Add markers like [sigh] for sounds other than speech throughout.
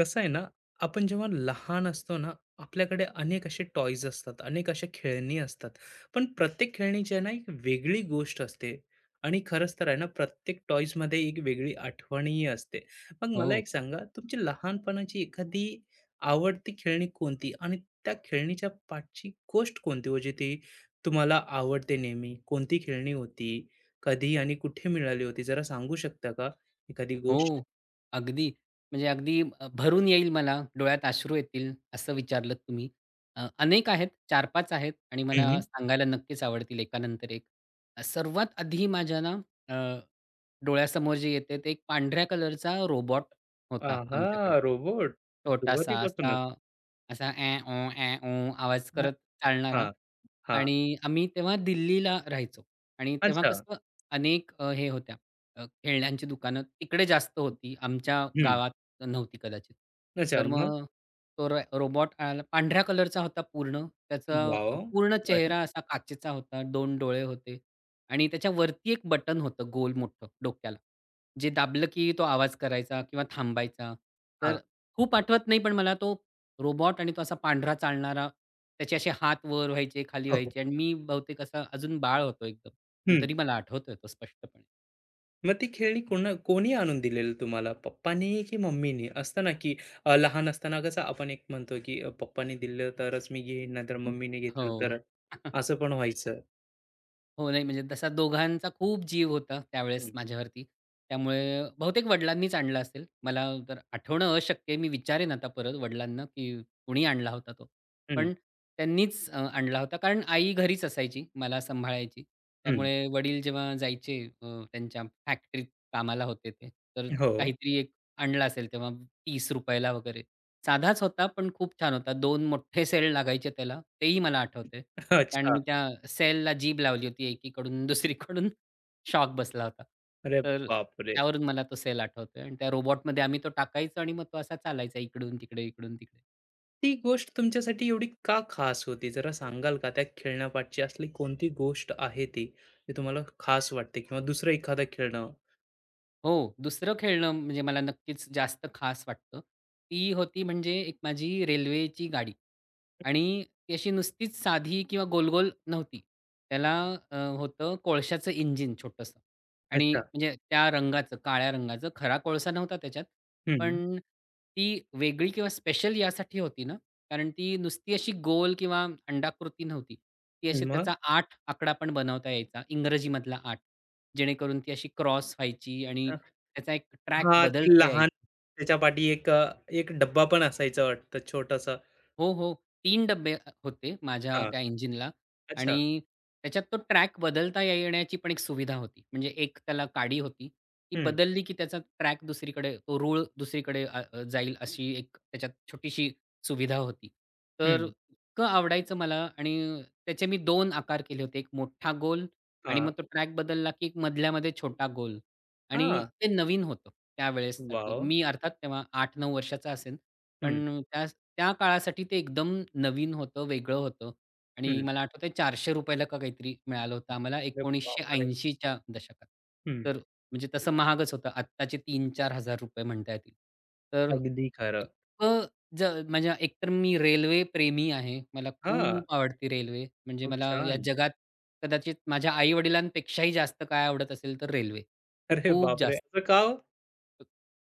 कसं आहे ना? आपण जेव्हा लहान असतो ना, आपल्याकडे अनेक असे टॉयज असतात, अनेक अशा खेळणी असतात. पण प्रत्येक खेळणीची आहे ना एक वेगळी गोष्ट असते. आणि खरंच तर आहे ना, प्रत्येक टॉयज मध्ये एक वेगळी आठवणही असते. मग मला हो, एक सांगा, तुमची लहानपणाची एखादी आवडती खेळणी कोणती, आणि त्या खेळणीच्या पाठची गोष्ट कोणती हो, जी ती तुम्हाला आवडते नेहमी. कोणती खेळणी होती, कधी आणि कुठे मिळाली होती, जरा सांगू शकता का एखादी गोष्ट? हो. अगदी. म्हणजे अगदी भरून येईल मला, डोळ्यात अश्रू येतील, असं विचारलत तुम्ही. अनेक आहेत, 4-5 आहेत आणि मला सांगायला नक्कीच आवडतील एकानंतर एक. सर्वात आधी माझ्या ना, डोळ्यासमोर जी येते ते एक पांढऱ्या कलरचा रोबॉट होता आहा! आमच्याकडे. रोबोट. छोटासा असा, सुरुवातीपासूनच. असा "ॲ ऑ, ॲ ऑ" आवाज हां, करत चालणारा हां, हां. आणि आम्ही तेव्हा दिल्लीला राहायचो आणि तेव्हा अच्छा. कसं अनेक हे होत्या खेळण्यांची दुकानं तिकडे जास्त होती. आमच्या हं. गावात नव्हती कदाचित. अच्छा. तर मग? मग तो रोबॉट आला पांढऱ्या कलरचा होता पूर्ण. त्याचा वॉव! पूर्ण खूप भारी. चेहरा असा काचेचा होता, 2 डोळे होते आणि त्याच्यावरती एक बटन होतं गोल मोठं डोक्याला. जे दाबलं की तो आवाज करायचा किंवा थांबायचा. तर हां. खूप आठवत नाही पण मला तो रोबोट आणि तो असा पांढरा चालणारा, त्याचे असे हात वर व्हायचे, खाली हो, हो. व्हायचे आणि मी बहुतेक असा अजून बाळ होतो एकदम. पण हं. तरी मला आठवतोय तो स्पष्टपणे. मग ती खेळणी कोणा कोणी आणून दिलेलं तुम्हाला? पप्पांनी की मम्मीनी? असतं ना की, लहान असताना कसं आपण एक म्हणतो की, पप्पांनी दिलं तरच मी घेईन, नाहीतर मम्मीने घेतलं हो. तर असं पण व्हायचं. हो, नाही म्हणजे तसा दोघांचा खूप जीव होता त्यावेळेस हं, माझ्यावरती. त्यामुळे बहुतेक वडिलांनीच आणला असेल. मला तर आठवणं अशक्य आहे. मी विचारेन आता परत वडिलांना, की कोणी आणला होता तो. हं, पण त्यांनीच आणला होता. कारण आई घरीच असायची, मला सांभाळायची. हं. त्यामुळे वडील जेव्हा जायचे त्यांच्या फॅक्टरीत कामाला होते ते, तर हो. काहीतरी एक आणला असेल तेव्हा ₹30 ला वगैरे. साधाच होता, पण खूप छान होता. 2 मोठे सेल लागायचे त्याला, तेही मला आठवतंय. [laughs] कारण मी अच्छा. त्या सेलला जीभ लावली होती एकीकडून [laughs] दुसरीकडून शॉक बसला होता. अरे तर बापरे! त्यावरून मला तो सेल आठवतोय आणि त्या रोबोटमध्ये आम्ही तो टाकायचो आणि मग तो असा चालायचा इकडून तिकडे, इकडून तिकडे. ती गोष्ट तुमच्यासाठी एवढी का खास होती? जरा सांगाल का? त्या खेळण्यापाठची असली कोणती गोष्ट आहे ती, जी तुम्हाला खास वाटते? किंवा दुसरं एखादं खेळणं? हो, दुसरं खेळणं म्हणजे मला नक्कीच जास्त खास वाटतं. ती होती म्हणजे एक माझी रेल्वेची गाडी आणि ती अशी नुसतीच साधी किंवा गोल-गोल नव्हती. त्याला होतं कोळशाचं इंजिन छोटंसं आणि अच्छा. म्हणजे त्या रंगाचं, काळ्या रंगाचं. खरा कोळसा नव्हता त्याच्यात, हं. पण ती वेगळी किंवा स्पेशल यासाठी होती ना, कारण ती नुसती अशी गोल किंवा अंडाकृती नव्हती. ती अशी मग? त्याचा 8 आकडा पण बनवता यायचा, इंग्रजीमधला 8. जेणेकरून ती अशी क्रॉस व्हायची आणि अ, त्याचा एक ट्रॅक हां, ती बदलता लहान, यायचा. त्याच्या पाठी एक एक डब्बा पण असायचा वाटतं छोटासा. हो, हो. तीन डब्बे होते माझ्या हां. त्या इंजिनला अच्छा. आणि त्याच्यात तो ट्रॅक बदलता येण्याची पण एक सुविधा होती. म्हणजे एक त्याला काडी होती. ती हं, बदलली की त्याचा ट्रॅक दुसरीकडे तो रूळ दुसरीकडे अ, अ, जाईल अशी एक त्याच्यात छोटीशी सुविधा होती. तर हं. इतकं आवडायचं मला आणि त्याचे मी 2 आकार केले होते. एक मोठा गोल आणि मग हां. तो ट्रॅक बदलला की एक मधल्यामध्ये छोटा गोल आणि हां. ते नवीन होतं त्यावेळेसाठी. वॉव! मी अर्थात तेव्हा 8-9 वर्षाचा असेन. हं, पण त्या त्या काळासाठी ते एकदम नवीन होतं, वेगळं होतं आणि हं. मला आठवतंय ₹400 ला का काहीतरी मिळालं होतं आम्हाला अरे बापरे! 1980 च्या दशकात. हं. तर म्हणजे तसं महागच होतं. आत्ताचे तीन चार हजार 4000 म्हणता येतील. तर अगदी खरं. इतकं ज म्हणजे एकतर मी रेल्वे प्रेमी आहे. मला हां. खूप आवडती रेल्वे. म्हणजे खूप मला या छान. जगात कदाचित माझ्या आई-वडिलांपेक्षाही जास्त काय आवडत असेल तर रेल्वे. अरे खूप बापरे! जास्त. असं का हो?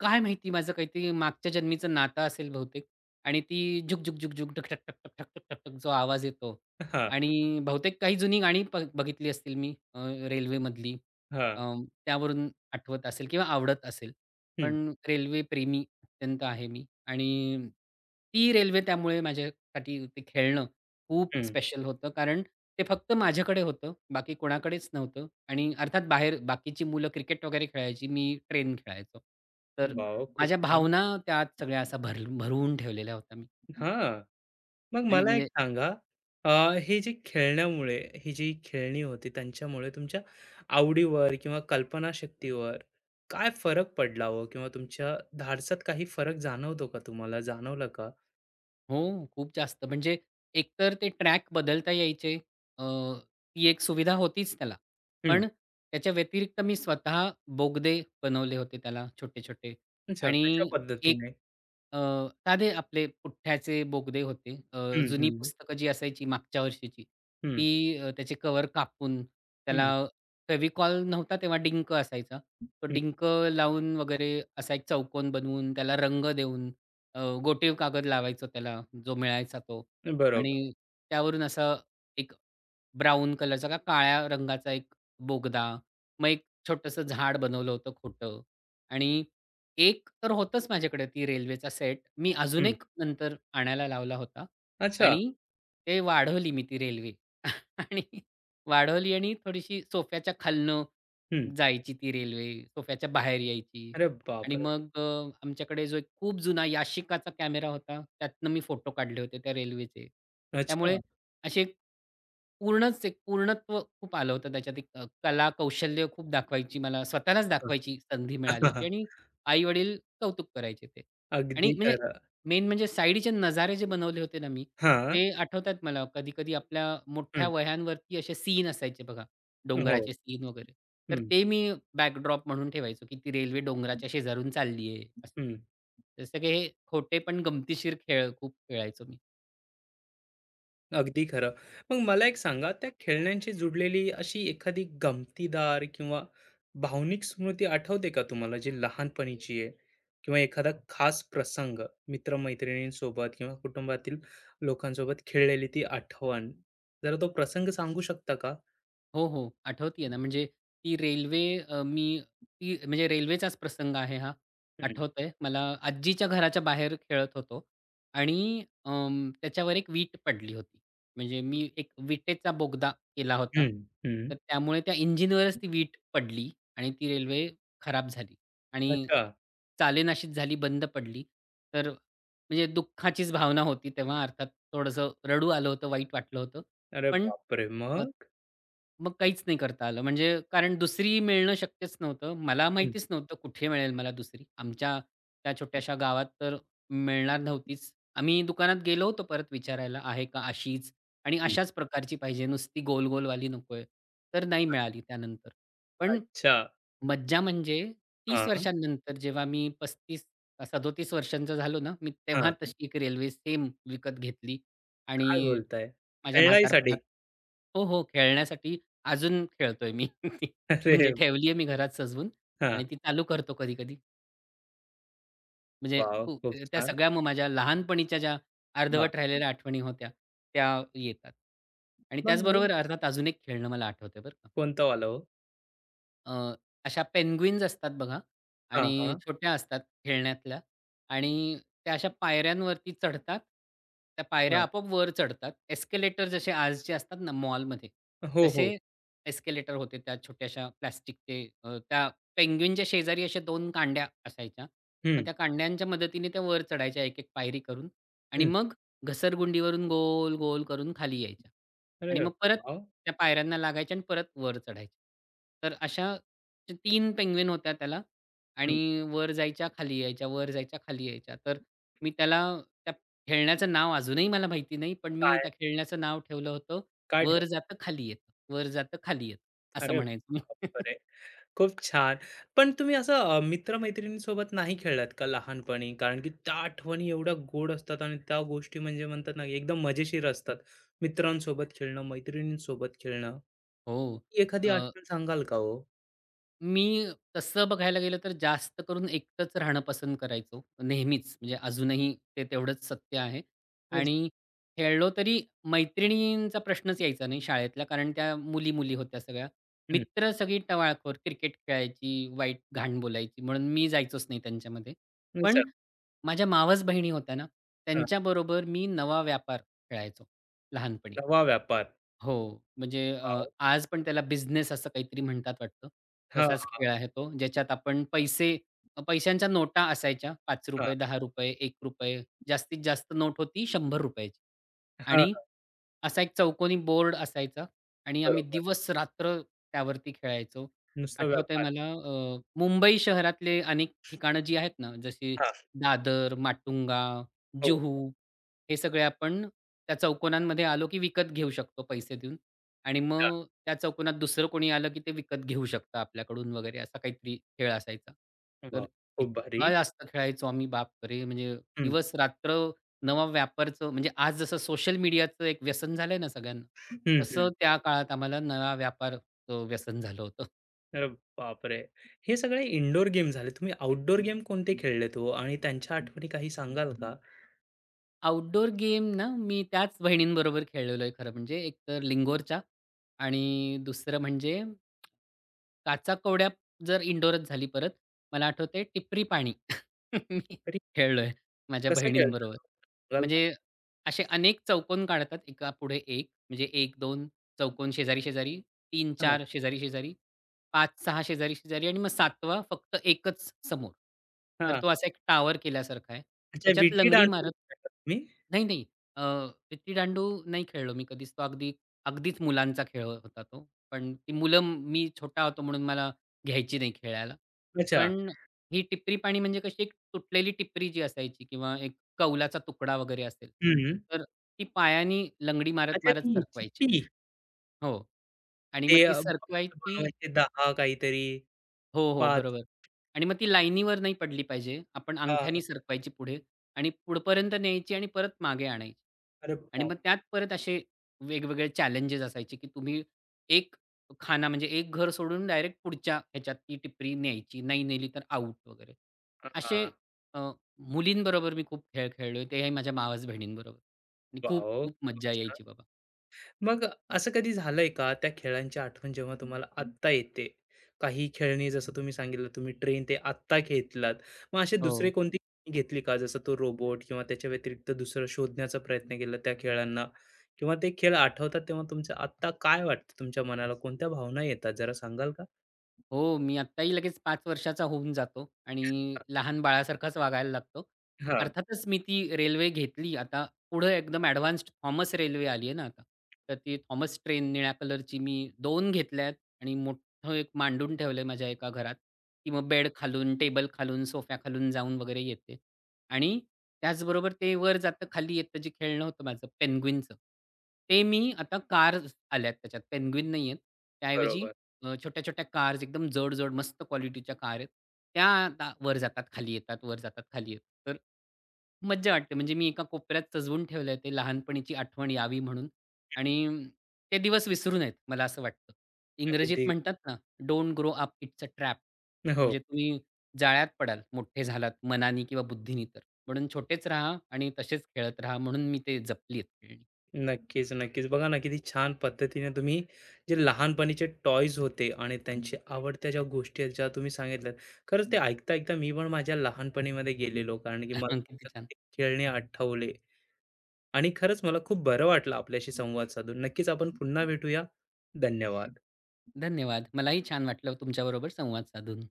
काय माहिती माझं काहीतरी मागच्या जन्मीचं नातं असेल बहुतेक आणि ती झुक, झुक, झुक, झुक, ढक, ठक, ठक, ठक, ठक, ठक, ठक, ठक जो आवाज येतो हां, आणि बहुतेक काही जुनी गाणी बघितली असतील मी, रेल्वेमधली. हां. अ, त्यावरून आठवत असेल किंवा आवडत असेल. हं, पण रेल्वेप्रेमी अत्यंत आहे मी आणि ती रेल्वे त्यामुळे माझ्यासाठी ते खेळणं खूप हं. स्पेशल होतं, कारण ते फक्त माझ्याकडे होतं. बाकी कोणाकडेच नव्हतं आणि अर्थात बाहेर बाकीची मुलं क्रिकेट वगैरे खेळायची. मी ट्रेन खेळायचो. तर वॉव! खूप माझ्या छान. भावना त्यात सगळ्या अशा भर भरून ठेवलेल्या होत्या मी हां. मग आणि मला एक म्हणजे सांगा, अ, हे जे खेळण्यामुळे, ही जी खेळणी होती त्यांच्यामुळे तुमच्या आवडीवर किंवा कल्पनाशक्तीवर काय फरक पडला हो? किंवा तुमच्या धाडसात काही फरक जाणवतो का तुम्हाला? जाणवला का? हो, खूप जास्त. म्हणजे एकतर ते ट्रॅक बदलता यायचे. अ, ती एक सुविधा होतीच त्याला. हं. पण त्याच्या व्यतिरिक्त मी स्वतः बोगदे बनवले होते त्याला छोटे-छोटे अच्छा, कशा आणि एक, पद्धतीने? अ, साधे आपले पुठ्ठ्याचे बोगदे होते. हं, जुनी हं, पुस्तकं जी असायची मागच्या वर्षीची, हं, ती त्याचे कव्हर कापून त्याला हं, फेविकॉल नव्हता तेव्हा डिंक असायचा. तो हं. डिंक लावून वगैरे असा एक चौकोन बनवून त्याला रंग देऊन गोटीव कागद लावायचो त्याला, जो मिळायचा तो बरोबर. आणि त्यावरून असं एक ब्राउन कलरचा का काळ्या रंगाचा एक बोगदा. मग एक छोटंसं झाड बनवलं होतं खोटं आणि एक तर होतंच माझ्याकडे ती रेल्वेचा सेट. मी अजून हं. एक नंतर आणायला लावला होता अच्छा. आणि ते वाढवली मी ती रेल्वे [laughs] आणि वाढवली आणि थोडीशी सोफ्याच्या खालनं हं. जायची ती रेल्वे, सोफ्याच्या बाहेर यायची अरे आणि बापरे! मग आमच्याकडे जो एक खूप जुना याशिकाचा कॅमेरा होता, त्यातनं मी फोटो काढले होते त्या रेल्वेचे. अच्छा. त्यामुळे असे पूर्णच एक पूर्णत्व खूप आलं होतं त्याच्यात एक, कला, कौशल्य खूप दाखवायची मला स्वतःलाच दाखवायची संधी मिळाली होती [laughs] आणि आई-वडील कौतुक करायचे ते. आणि अगदी म्हणजे खरं. मेन म्हणजे साइडचे नजारे जे बनवले होते ना मी, हां. ते आठवतात मला. कधी-कधी आपल्या मोठ्या हं. वह्यांवरती असे सीन असायचे बघा, हो. डोंगराचे सीन वगैरे. तर हं. ते मी बॅकड्रॉप म्हणून ठेवायचो, की ती रेल्वे डोंगराच्या शेजारून चालली आहे हं. असं. सगळे खोटे पण गमतीशीर खेळ खूप खेळायचो मी. अगदी खरं. मग मला एक सांगा, त्या खेळण्यांशी जुडलेली अशी एखादी गमतीदार किंवा भावनिक स्मृती आठवते का तुम्हाला, जी लहानपणीची आहे? किंवा एखादा खास प्रसंग मित्र-मैत्रिणींसोबत किंवा कुटुंबातील लोकांसोबत खेळलेली ती आठवण? जरा तो प्रसंग सांगू शकता का? हो, हो. आठवतीये ना, म्हणजे ती रेल्वे, मी ती म्हणजे रेल्वेचाच प्रसंग आहे हा. हं, आठवतंय मला आजीच्या घराच्या बाहेर खेळत होतो आणि त्याच्यावर एक वीट पडली होती. म्हणजे मी एक विटेचा बोगदा केला होता. हं, हं. तर त्यामुळे त्या इंजिनवरच ती वीट पडली आणि ती रेल्वे खराब झाली आणि अच्छा. चालेनाशीच झाली, बंद पडली. तर म्हणजे दुःखाचीच भावना होती तेव्हा अर्थात थोडंसं रडू आलं होतं, वाईट वाटलं होतं. अरे पण बापरे! अ, मग? मग काहीच नाही करता आलं. म्हणजे कारण दुसरी मिळणं शक्यच नव्हतं. मला हं, माहितीच नव्हतं कुठे मिळेल मला दुसरी. आमच्या त्या छोट्याशा गावात तर मिळणार नव्हतीच. आम्ही दुकानात गेलो होतो परत विचारायला, "आहे का अशीच आणि हं. अशाच प्रकारची पाहिजे, नुसती गोल-गोलवाली नकोय." तर नाही मिळाली त्यानंतर. पण अच्छा. मज्जा म्हणजे 30 हां, वर्षांनंतर जेव्हा मी 35 का वर्षांचा झालो ना, मी तेव्हा हां. तशी एक रेल्वे सेम विकत घेतली काय आणि बोलताय? माझ्या खेळण्यासाठी? म्हातारपणात हो, हो, खेळण्यासाठी. अजून खेळतोय मी [laughs] ती. [laughs] म्हणजे अरे! ठेवली आहे मी घरात सजवून हां. आणि ती चालू करतो कधी-कधी. म्हणजे वॉव! खूप, खूप त्या छान. सगळ्या मग माझ्या लहानपणीच्या ज्या हां. अर्धवट राहिलेल्या आठवणी होत्या, त्या येतात. आणि मग मला त्याचबरोबर अर्थात अजून एक खेळणं मला आठवतंय बरं का. कोणतं वालं हो? अ, अशा पेन्ग्विन्स असतात बघा हां, आणि हां, छोट्या असतात खेळण्यातल्या आणि त्या अशा पायऱ्यांवरती चढतात. त्या पायऱ्या हां. आपोआप वर चढतात. एस्केलेटर जसे आजचे असतात ना मॉलमध्ये, हो, हो. तसे एस्केलेटर होते त्या छोट्याशा प्लास्टिकचे. त्या पेन्ग्विनच्या शेजारी अशा 2 कांड्या असायच्या. मग हं, त्या कांड्यांच्या मदतीने त्या वर चढायच्या एक-एक पायरी करून आणि हं. मग घसरगुंडीवरून गोल-गोल करून खाली यायच्या. अरे आणि मग परत वाह! त्या पायऱ्यांना लागायच्या आणि परत वर चढायचे. तर अशा ज्या तीन पेंग्विन होत्या त्याला हं. आणि वर जायच्या, खाली यायच्या, वर जायच्या, खाली यायच्या. तर मी त्याला त्या खेळण्याचं नाव अजूनही मला माहिती नाही, पण मी काय? त्या खेळण्याचं नाव ठेवलं होतं, काय ठेव "वर जातं, खाली येतं, वर जातं, खाली येतं" असं अरे म्हणायचो मी. [laughs] बापरे! खूप छान. पण तुम्ही असं, मित्र-मैत्रिणींसोबत नाही खेळलात का लहानपणी? कारण की त्या आठवणी एवढ्या गोड असतात आणि त्या गोष्टी म्हणजे म्हणतात ना, एकदम मजेशीर असतात. मित्रांसोबत खेळणं, मैत्रिणींसोबत खेळणं. हो. ती एखादी आठवण सांगाल का हो? मी तसं बघायला गेलं तर जास्त करून एकटंच राहणं पसंत करायचो नेहमीच. म्हणजे अजूनही ते तेवढंच सत्य आहे हं, आणि खेळलो तरी मैत्रिणींचा प्रश्नच यायचा नाही शाळेतला, कारण त्या मुली-मुली होत्या सगळ्या. हं. मित्र सगळी टवाळखोर, क्रिकेट खेळायची, वाईट घाण बोलायची म्हणून मी जायचोच नाही त्यांच्यामध्ये. पण अच्छा. माझ्या मावस बहिणी होत्या ना, हां. त्यांच्याबरोबर मी नवा व्यापार खेळायचो लहानपणी. नवा व्यापार. हो. म्हणजे, वॉव! आज पण त्याला बिझनेस असं काहीतरी म्हणतात वाटतं. तसाच हां, खेळ आहे तो, ज्याच्यात आपण पैशांच्या नोटा असायच्या हां. ₹5, ₹10, ₹1. जास्तीत जास्त नोट होती ₹100 ची हां, आणि हां. असा एक चौकोनी बोर्ड असायचा आणि आम्ही बरोबर. दिवस-रात्र त्यावरती खेळायचो. नुसता आठवतंय व्यापार. मला, मुंबई शहरातले अनेक ठिकाणं जी आहेत ना, जशी हां. दादर, माटुंगा, हो. जुहू हे सगळे आपण त्या चौकोनांमध्ये आलो, की विकत घेऊ शकतो पैसे देऊन आणि मग त्या चौकोनात दुसरं कोणी आलं, की ते विकत घेऊ शकतं आपल्याकडून वगैरे असा काहीतरी खेळ असायचा. तर वाह! खूप भारी. इतका जास्त खेळायचो आम्ही बापरे! म्हणजे हं, दिवस-रात्र नवा व्यापारचं, म्हणजे आज जसं सोशल मीडियाचं एक व्यसन झालंय ना सगळ्यांना, हं, हं. तसं त्या काळात आम्हाला नवा व्यापारचं व्यसन झालं होतं. अरे बापरे! हे सगळे इनडोअर गेम झाले. तुम्ही आउटडोर गेम कोणते खेळलेत हो? आणि त्यांच्या आठवणी काही सांगाल का? आउटडोअर गेम ना, मी त्याच वहिनींबरोबर खेळलेलो आहे खरं म्हणजे. एक तर लिंगोरच्या आणि दुसरं म्हणजे काचाकवड्या जर इंडोरच झाली परत. मला आठवतंय टिपरी पाणी. [laughs] मी तरी खेळलोय माझ्या कसं खेळता बहिणींबरोबर. तो? सांगाल का? म्हणजे असे अनेक चौकोन काढतात एकापुढे एक. म्हणजे 1-2 चौकोन शेजारी-शेजारी, हां, 3-4 शेजारी-शेजारी, 5-6 शेजारी-शेजारी आणि मग 7वा फक्त एकच समोर. तर हां. तो असा एक टॉवर केल्यासारखा आहे. अच्छा, त्याच्यात लंगडी विटी-दांडू मारत, खेळता तुम्ही? नाही, नाही, अ, विट्टीदांडू नाही खेळलो मी कधीच. तो अगदी मुलांचा खेळ होता तो. पण ती मुलं मी छोटा होतो म्हणून मला घ्यायची नाही खेळायला. अच्छा. पण ही टिपरी पाणी म्हणजे कशी एक तुटलेली टिपरी जी असायची किंवा एक कौलाचा तुकडा वगैरे असेल, हं. तर ती पायानी लंगडी मारत, अच्छा, मारत ती सरकवायची. चिट्टी हो. आणि मग ते ती सरकवायची बनवायचे 10 काहीतरी हो, हो, 5. बरोबर. आणि मग ती लाईनीवर नाही पडली पाहिजे. आपण हां. अंगठ्यानी सरकवायची पुढे आणि पुढपर्यंत न्यायची आणि परत मागे आणायची. अरे आणि बाप मग त्यात परत असे वेगवेगळे चॅलेंजेस असायचे, की तुम्ही एक खाना, म्हणजे एक घर सोडून डायरेक्ट पुढच्या ह्याच्यात ती टिपरी न्यायची. नाही नेली तर आउट वगैरे. तर असे हां. अ, मुलींबरोबर मी खूप खेळ खेळलोय. तेही माझ्या मावस बहिणींबरोबर आणि खूप वॉव! खूप मज्जा यायची बाबा. मग असं कधी झालंय का, त्या खेळांची आठवण जेव्हा तुम्हाला हम्म. आत्ता येते काही खेळणी जसं तुम्ही सांगितलं, तुम्ही ट्रेन ते आत्ता घेतलात. मग असे दुसरे हो. कोणती खेळणी घेतली का, जसं तो रोबोट, किंवा त्याच्या व्यतिरिक्त दुसरं शोधण्याचा प्रयत्न केला त्या खेळांना? किंवा ते खेळ आठवतात तेव्हा तुमचं आत्ता काय वाटतं, तुमच्या मनाला कोणत्या भावना येतात, जरा सांगाल का? हो, मी आत्ताही लगेच पाच वर्षाचा होऊन जातो आणि लहान बाळासारखाच वागायला लागतो. हा. अर्थातच मी ती रेल्वे घेतली. आता पुढं एकदम ॲडव्हान्स्ड थॉमस रेल्वे आली आहे ना आता. तर ती थॉमस ट्रेन निळ्या कलरची मी दोन घेतल्या आहेत आणि मोठं एक मांडून ठेवलं आहे माझ्या एका घरात. ती मग बेड खालून, टेबल खालून, सोफ्या खालून जाऊन वगैरे येते आणि त्याचबरोबर ते वर जातं, खाली येतं जे खेळणं होतं माझं पेंग्विनचं. ते मी आता कार आल्यात त्याच्यात, पेंग्विन नाही आहेत. त्याऐवजी बरोबर. छोट्या-छोट्या कार्स एकदम जड-जड मस्त क्वालिटीच्या कार आहेत. त्या आता वर जातात, खाली येतात, वर जातात, खाली येतात. तर मज्जा वाटते. म्हणजे मी एका कोपऱ्यात सजवून ठेवलंय ते लहानपणीची आठवण यावी म्हणून आणि ते दिवस विसरू नयेत मला असं वाटतं. इंग्रजीत अगदी. म्हणतात ना, "don't grow up, it's a trap." हो. म्हणजे तुम्ही जाळ्यात पडाल मोठे झालात मनाने किंवा बुद्धीने तर. म्हणून छोटेच राहा आणि तसेच खेळत राहा म्हणून मी ते जपली आहेत खेळणी. नक्कीच, नक्कीच. बघा ना, किती छान पद्धतीने तुम्ही जे लहानपणीचे टॉयज होते आणि हं, त्यांच्या आवडत्या ज्या गोष्टी आहेत, ज्या तुम्ही सांगितल्यात. खरंच ते ऐकता-ऐकता मी पण माझ्या लहानपणीमध्ये गेलेलो, कारण की मला [laughs] किती छान. प्रत्येक खेळणे आठवले. आणि खरंच मला खूप बरं वाटलं आपल्याशी संवाद साधून. नक्कीच आपण पुन्हा भेटूया. धन्यवाद. धन्यवाद. मलाही छान वाटलं तुमच्याबरोबर संवाद साधून.